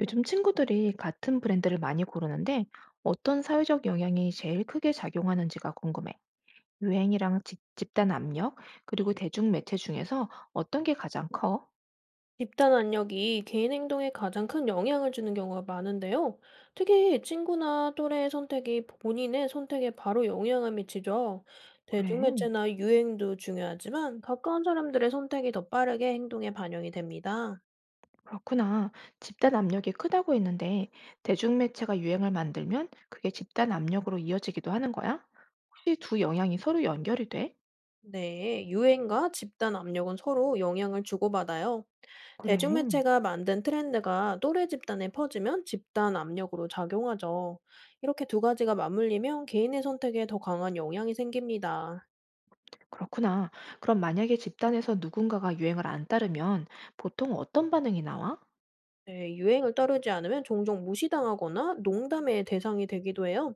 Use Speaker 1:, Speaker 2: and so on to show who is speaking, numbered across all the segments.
Speaker 1: 요즘 친구들이 같은 브랜드를 많이 고르는데 어떤 사회적 영향이 제일 크게 작용하는지가 궁금해. 유행이랑 집단 압력, 그리고 대중 매체 중에서 어떤 게 가장 커?
Speaker 2: 집단 안력이 개인 행동에 가장 큰 영향을 주는 경우가 많은데요. 특히 친구나 또래의 선택이 본인의 선택에 바로 영향을 미치죠.
Speaker 1: 그래,
Speaker 2: 대중매체나 유행도 중요하지만 가까운 사람들의 선택이 더 빠르게 행동에 반영이 됩니다.
Speaker 1: 그렇구나. 집단 압력이 크다고 했는데 대중 매체가 유행을 만들면 그게 집단 압력으로 이어지기도 하는 거야? 혹시 두 영향이 서로 연결이 돼?
Speaker 2: 네, 유행과 집단 압력은 서로 영향을 주고받아요.
Speaker 1: 그래,
Speaker 2: 대중매체가 만든 트렌드가 또래 집단에 퍼지면 집단 압력으로 작용하죠. 이렇게 두 가지가 맞물리면 개인의 선택에 더 강한 영향이 생깁니다.
Speaker 1: 그렇구나. 그럼 만약에 집단에서 누군가가 유행을 안 따르면 보통 어떤 반응이 나와?
Speaker 2: 네, 유행을 따르지 않으면 종종 무시당하거나 농담의 대상이 되기도 해요.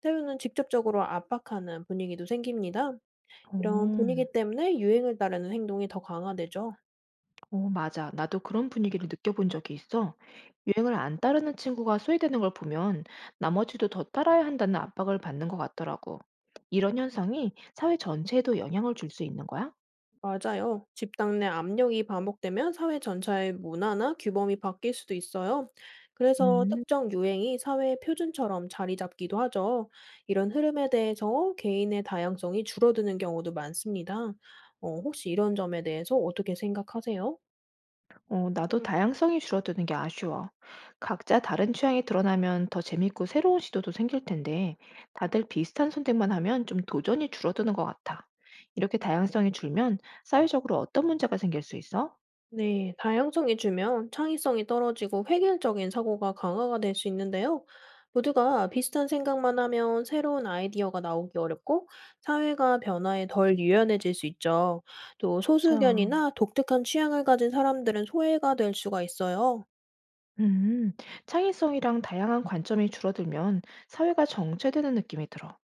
Speaker 2: 때로는 직접적으로 압박하는 분위기도 생깁니다. 이런
Speaker 1: 오.
Speaker 2: 분위기 때문에 유행을 따르는 행동이 더 강화되죠.
Speaker 1: 맞아. 나도 그런 분위기를 느껴본 적이 있어. 유행을 안 따르는 친구가 소외되는 걸 보면 나머지도 더 따라야 한다는 압박을 받는 것 같더라고. 이런 현상이 사회 전체에도 영향을 줄 수 있는 거야?
Speaker 2: 맞아요. 집단 내 압력이 반복되면 사회 전체의 문화나 규범이 바뀔 수도 있어요. 그래서
Speaker 1: 음,
Speaker 2: 특정 유행이 사회의 표준처럼 자리 잡기도 하죠. 이런 흐름에 대해서 개인의 다양성이 줄어드는 경우도 많습니다. 혹시 이런 점에 대해서 어떻게 생각하세요?
Speaker 1: 나도 다양성이 줄어드는 게 아쉬워. 각자 다른 취향이 드러나면 더 재밌고 새로운 시도도 생길 텐데, 다들 비슷한 선택만 하면 좀 도전이 줄어드는 것 같아. 이렇게 다양성이 줄면 사회적으로 어떤 문제가 생길 수 있어?
Speaker 2: 네, 다양성이 주면 창의성이 떨어지고 획일적인 사고가 강화가 될 수 있는데요. 모두가 비슷한 생각만 하면 새로운 아이디어가 나오기 어렵고 사회가 변화에 덜 유연해질 수 있죠. 또
Speaker 1: 맞아.
Speaker 2: 소수견이나 독특한 취향을 가진 사람들은 소외가 될 수가 있어요.
Speaker 1: 음, 창의성이랑 다양한 관점이 줄어들면 사회가 정체되는 느낌이 들어.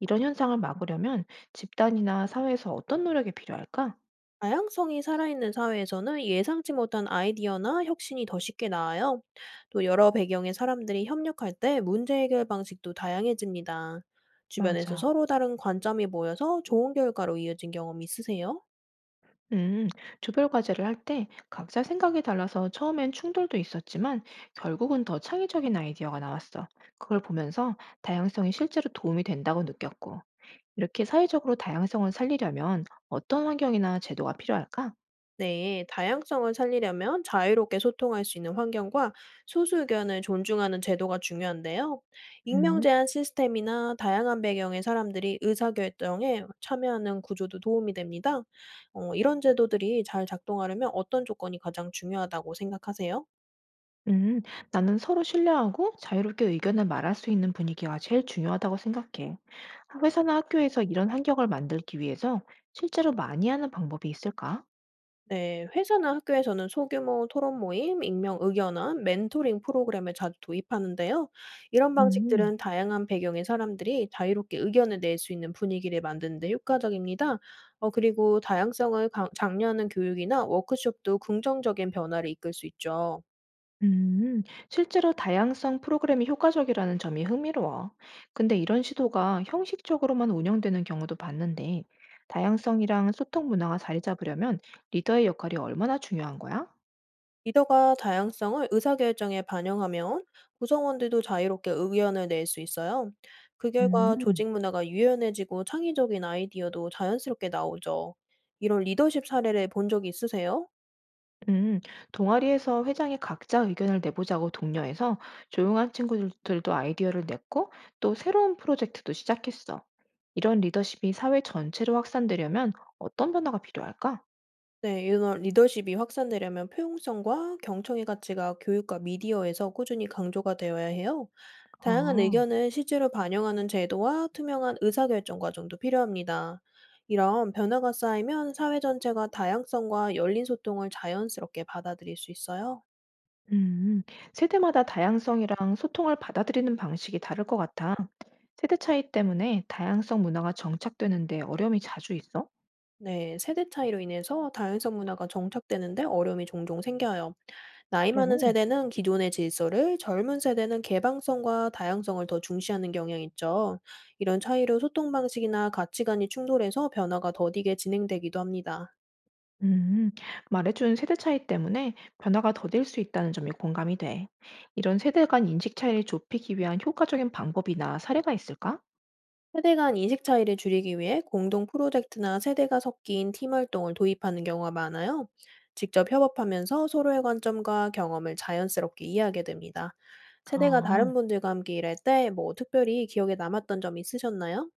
Speaker 1: 이런 현상을 막으려면 집단이나 사회에서 어떤 노력이 필요할까?
Speaker 2: 다양성이 살아있는 사회에서는 예상치 못한 아이디어나 혁신이 더 쉽게 나와요. 또 여러 배경의 사람들이 협력할 때 문제 해결 방식도 다양해집니다. 주변에서
Speaker 1: 맞아.
Speaker 2: 서로 다른 관점이 모여서 좋은 결과로 이어진 경험 있으세요?
Speaker 1: 음, 조별 과제를 할 때 각자 생각이 달라서 처음엔 충돌도 있었지만 결국은 더 창의적인 아이디어가 나왔어. 그걸 보면서 다양성이 실제로 도움이 된다고 느꼈고. 이렇게 사회적으로 다양성을 살리려면 어떤 환경이나 제도가 필요할까?
Speaker 2: 네, 다양성을 살리려면 자유롭게 소통할 수 있는 환경과 소수 의견을 존중하는 제도가 중요한데요. 익명
Speaker 1: 음
Speaker 2: 제한 시스템이나 다양한 배경의 사람들이 의사결정에 참여하는 구조도 도움이 됩니다. 이런 제도들이 잘 작동하려면 어떤 조건이 가장 중요하다고 생각하세요?
Speaker 1: 음, 나는 서로 신뢰하고 자유롭게 의견을 말할 수 있는 분위기가 제일 중요하다고 생각해. 회사나 학교에서 이런 환경을 만들기 위해서 실제로 많이 하는 방법이 있을까?
Speaker 2: 네. 회사나 학교에서는 소규모 토론 모임, 익명 의견원, 멘토링 프로그램을 자주 도입하는데요. 이런
Speaker 1: 음,
Speaker 2: 방식들은 다양한 배경의 사람들이 자유롭게 의견을 낼 수 있는 분위기를 만드는 데 효과적입니다. 그리고 다양성을 강 장려하는 교육이나 워크숍도 긍정적인 변화를 이끌 수 있죠.
Speaker 1: 음, 실제로 다양성 프로그램이 효과적이라는 점이 흥미로워. 근데 이런 시도가 형식적으로만 운영되는 경우도 봤는데, 다양성이랑 소통 문화가 자리 잡으려면 리더의 역할이 얼마나 중요한 거야?
Speaker 2: 리더가 다양성을 의사결정에 반영하면 구성원들도 자유롭게 의견을 낼 수 있어요. 그 결과
Speaker 1: 음.
Speaker 2: 조직 문화가 유연해지고 창의적인 아이디어도 자연스럽게 나오죠. 이런 리더십 사례를 본 적이 있으세요?
Speaker 1: 음, 동아리에서 회장이 각자 의견을 내보자고 독려해서 조용한 친구들도 아이디어를 냈고 또 새로운 프로젝트도 시작했어. 이런 리더십이 사회 전체로 확산되려면 어떤 변화가 필요할까?
Speaker 2: 네. 이런 리더십이 확산되려면 포용성과 경청의 가치가 교육과 미디어에서 꾸준히 강조가 되어야 해요. 다양한
Speaker 1: 아,
Speaker 2: 의견을 실제로 반영하는 제도와 투명한 의사결정 과정도 필요합니다. 이런 변화가 쌓이면 사회 전체가 다양성과 열린 소통을 자연스럽게 받아들일 수 있어요.
Speaker 1: 음, 세대마다 다양성이랑 소통을 받아들이는 방식이 다를 것 같아. 세대 차이 때문에 다양성 문화가 정착되는데 어려움이 자주 있어?
Speaker 2: 네. 세대 차이로 인해서 다양성 문화가 정착되는데 어려움이 종종 생겨요. 나이
Speaker 1: 그래?
Speaker 2: 많은 세대는 기존의 질서를, 젊은 세대는 개방성과 다양성을 더 중시하는 경향이 있죠. 이런 차이로 소통 방식이나 가치관이 충돌해서 변화가 더디게 진행되기도 합니다.
Speaker 1: 음, 말해준 세대 차이 때문에 변화가 더딜 수 있다는 점이 공감이 돼. 이런 세대 간 인식 차이를 좁히기 위한 효과적인 방법이나 사례가 있을까?
Speaker 2: 세대 간 인식 차이를 줄이기 위해 공동 프로젝트나 세대가 섞인 팀 활동을 도입하는 경우가 많아요. 직접 협업하면서 서로의 관점과 경험을 자연스럽게 이해하게 됩니다. 세대가
Speaker 1: 아,
Speaker 2: 다른 분들과 함께 일할 때 뭐 특별히 기억에 남았던 점 있으셨나요?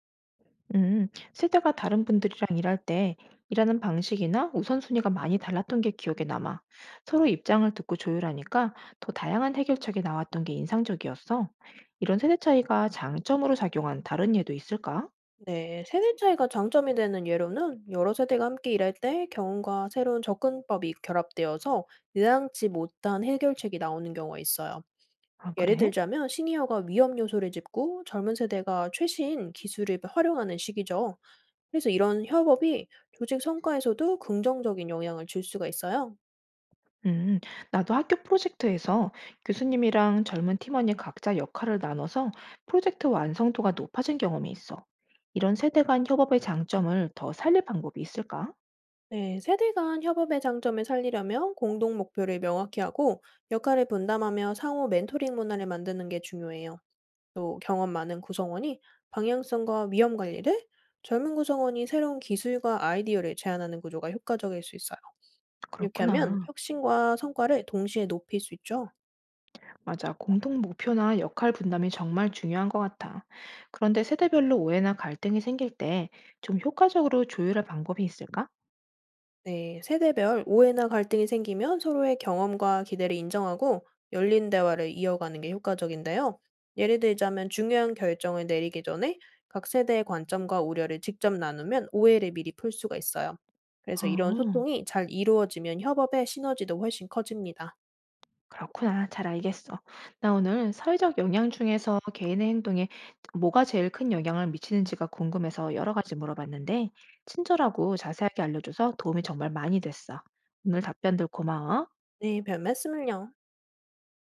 Speaker 1: 음, 세대가 다른 분들이랑 일할 때 일하는 방식이나 우선순위가 많이 달랐던 게 기억에 남아. 서로 입장을 듣고 조율하니까 더 다양한 해결책이 나왔던 게 인상적이었어. 이런 세대 차이가 장점으로 작용한 다른 예도 있을까?
Speaker 2: 네, 세대 차이가 장점이 되는 예로는 여러 세대가 함께 일할 때 경험과 새로운 접근법이 결합되어서 예상치 못한 해결책이 나오는 경우가 있어요.
Speaker 1: 아,
Speaker 2: 예를
Speaker 1: 그래?
Speaker 2: 들자면 시니어가 위험 요소를 짚고 젊은 세대가 최신 기술을 활용하는 시기죠. 그래서 이런 협업이 조직 성과에서도 긍정적인 영향을 줄 수가 있어요.
Speaker 1: 음, 나도 학교 프로젝트에서 교수님이랑 젊은 팀원이 각자 역할을 나눠서 프로젝트 완성도가 높아진 경험이 있어. 이런 세대 간 협업의 장점을 더 살릴 방법이 있을까?
Speaker 2: 네, 세대 간 협업의 장점을 살리려면 공동 목표를 명확히 하고 역할을 분담하며 상호 멘토링 문화를 만드는 게 중요해요. 또 경험 많은 구성원이 방향성과 위험 관리를, 젊은 구성원이 새로운 기술과 아이디어를 제안하는 구조가 효과적일 수 있어요. 이렇게 하면
Speaker 1: 그렇구나.
Speaker 2: 혁신과 성과를 동시에 높일 수 있죠.
Speaker 1: 맞아. 공동 목표나 역할 분담이 정말 중요한 것 같아. 그런데 세대별로 오해나 갈등이 생길 때 좀 효과적으로 조율할 방법이 있을까?
Speaker 2: 네, 세대별 오해나 갈등이 생기면 서로의 경험과 기대를 인정하고 열린 대화를 이어가는 게 효과적인데요. 예를 들자면 중요한 결정을 내리기 전에 각 세대의 관점과 우려를 직접 나누면 오해를 미리 풀 수가 있어요. 그래서 이런
Speaker 1: 어.
Speaker 2: 소통이 잘 이루어지면 협업의 시너지도 훨씬 커집니다.
Speaker 1: 그렇구나. 잘 알겠어. 나 오늘 사회적 영향 중에서 개인의 행동에 뭐가 제일 큰 영향을 미치는지가 궁금해서 여러 가지 물어봤는데, 친절하고 자세하게 알려줘서 도움이 정말 많이 됐어. 오늘 답변들 고마워.
Speaker 2: 네. 별말씀을요.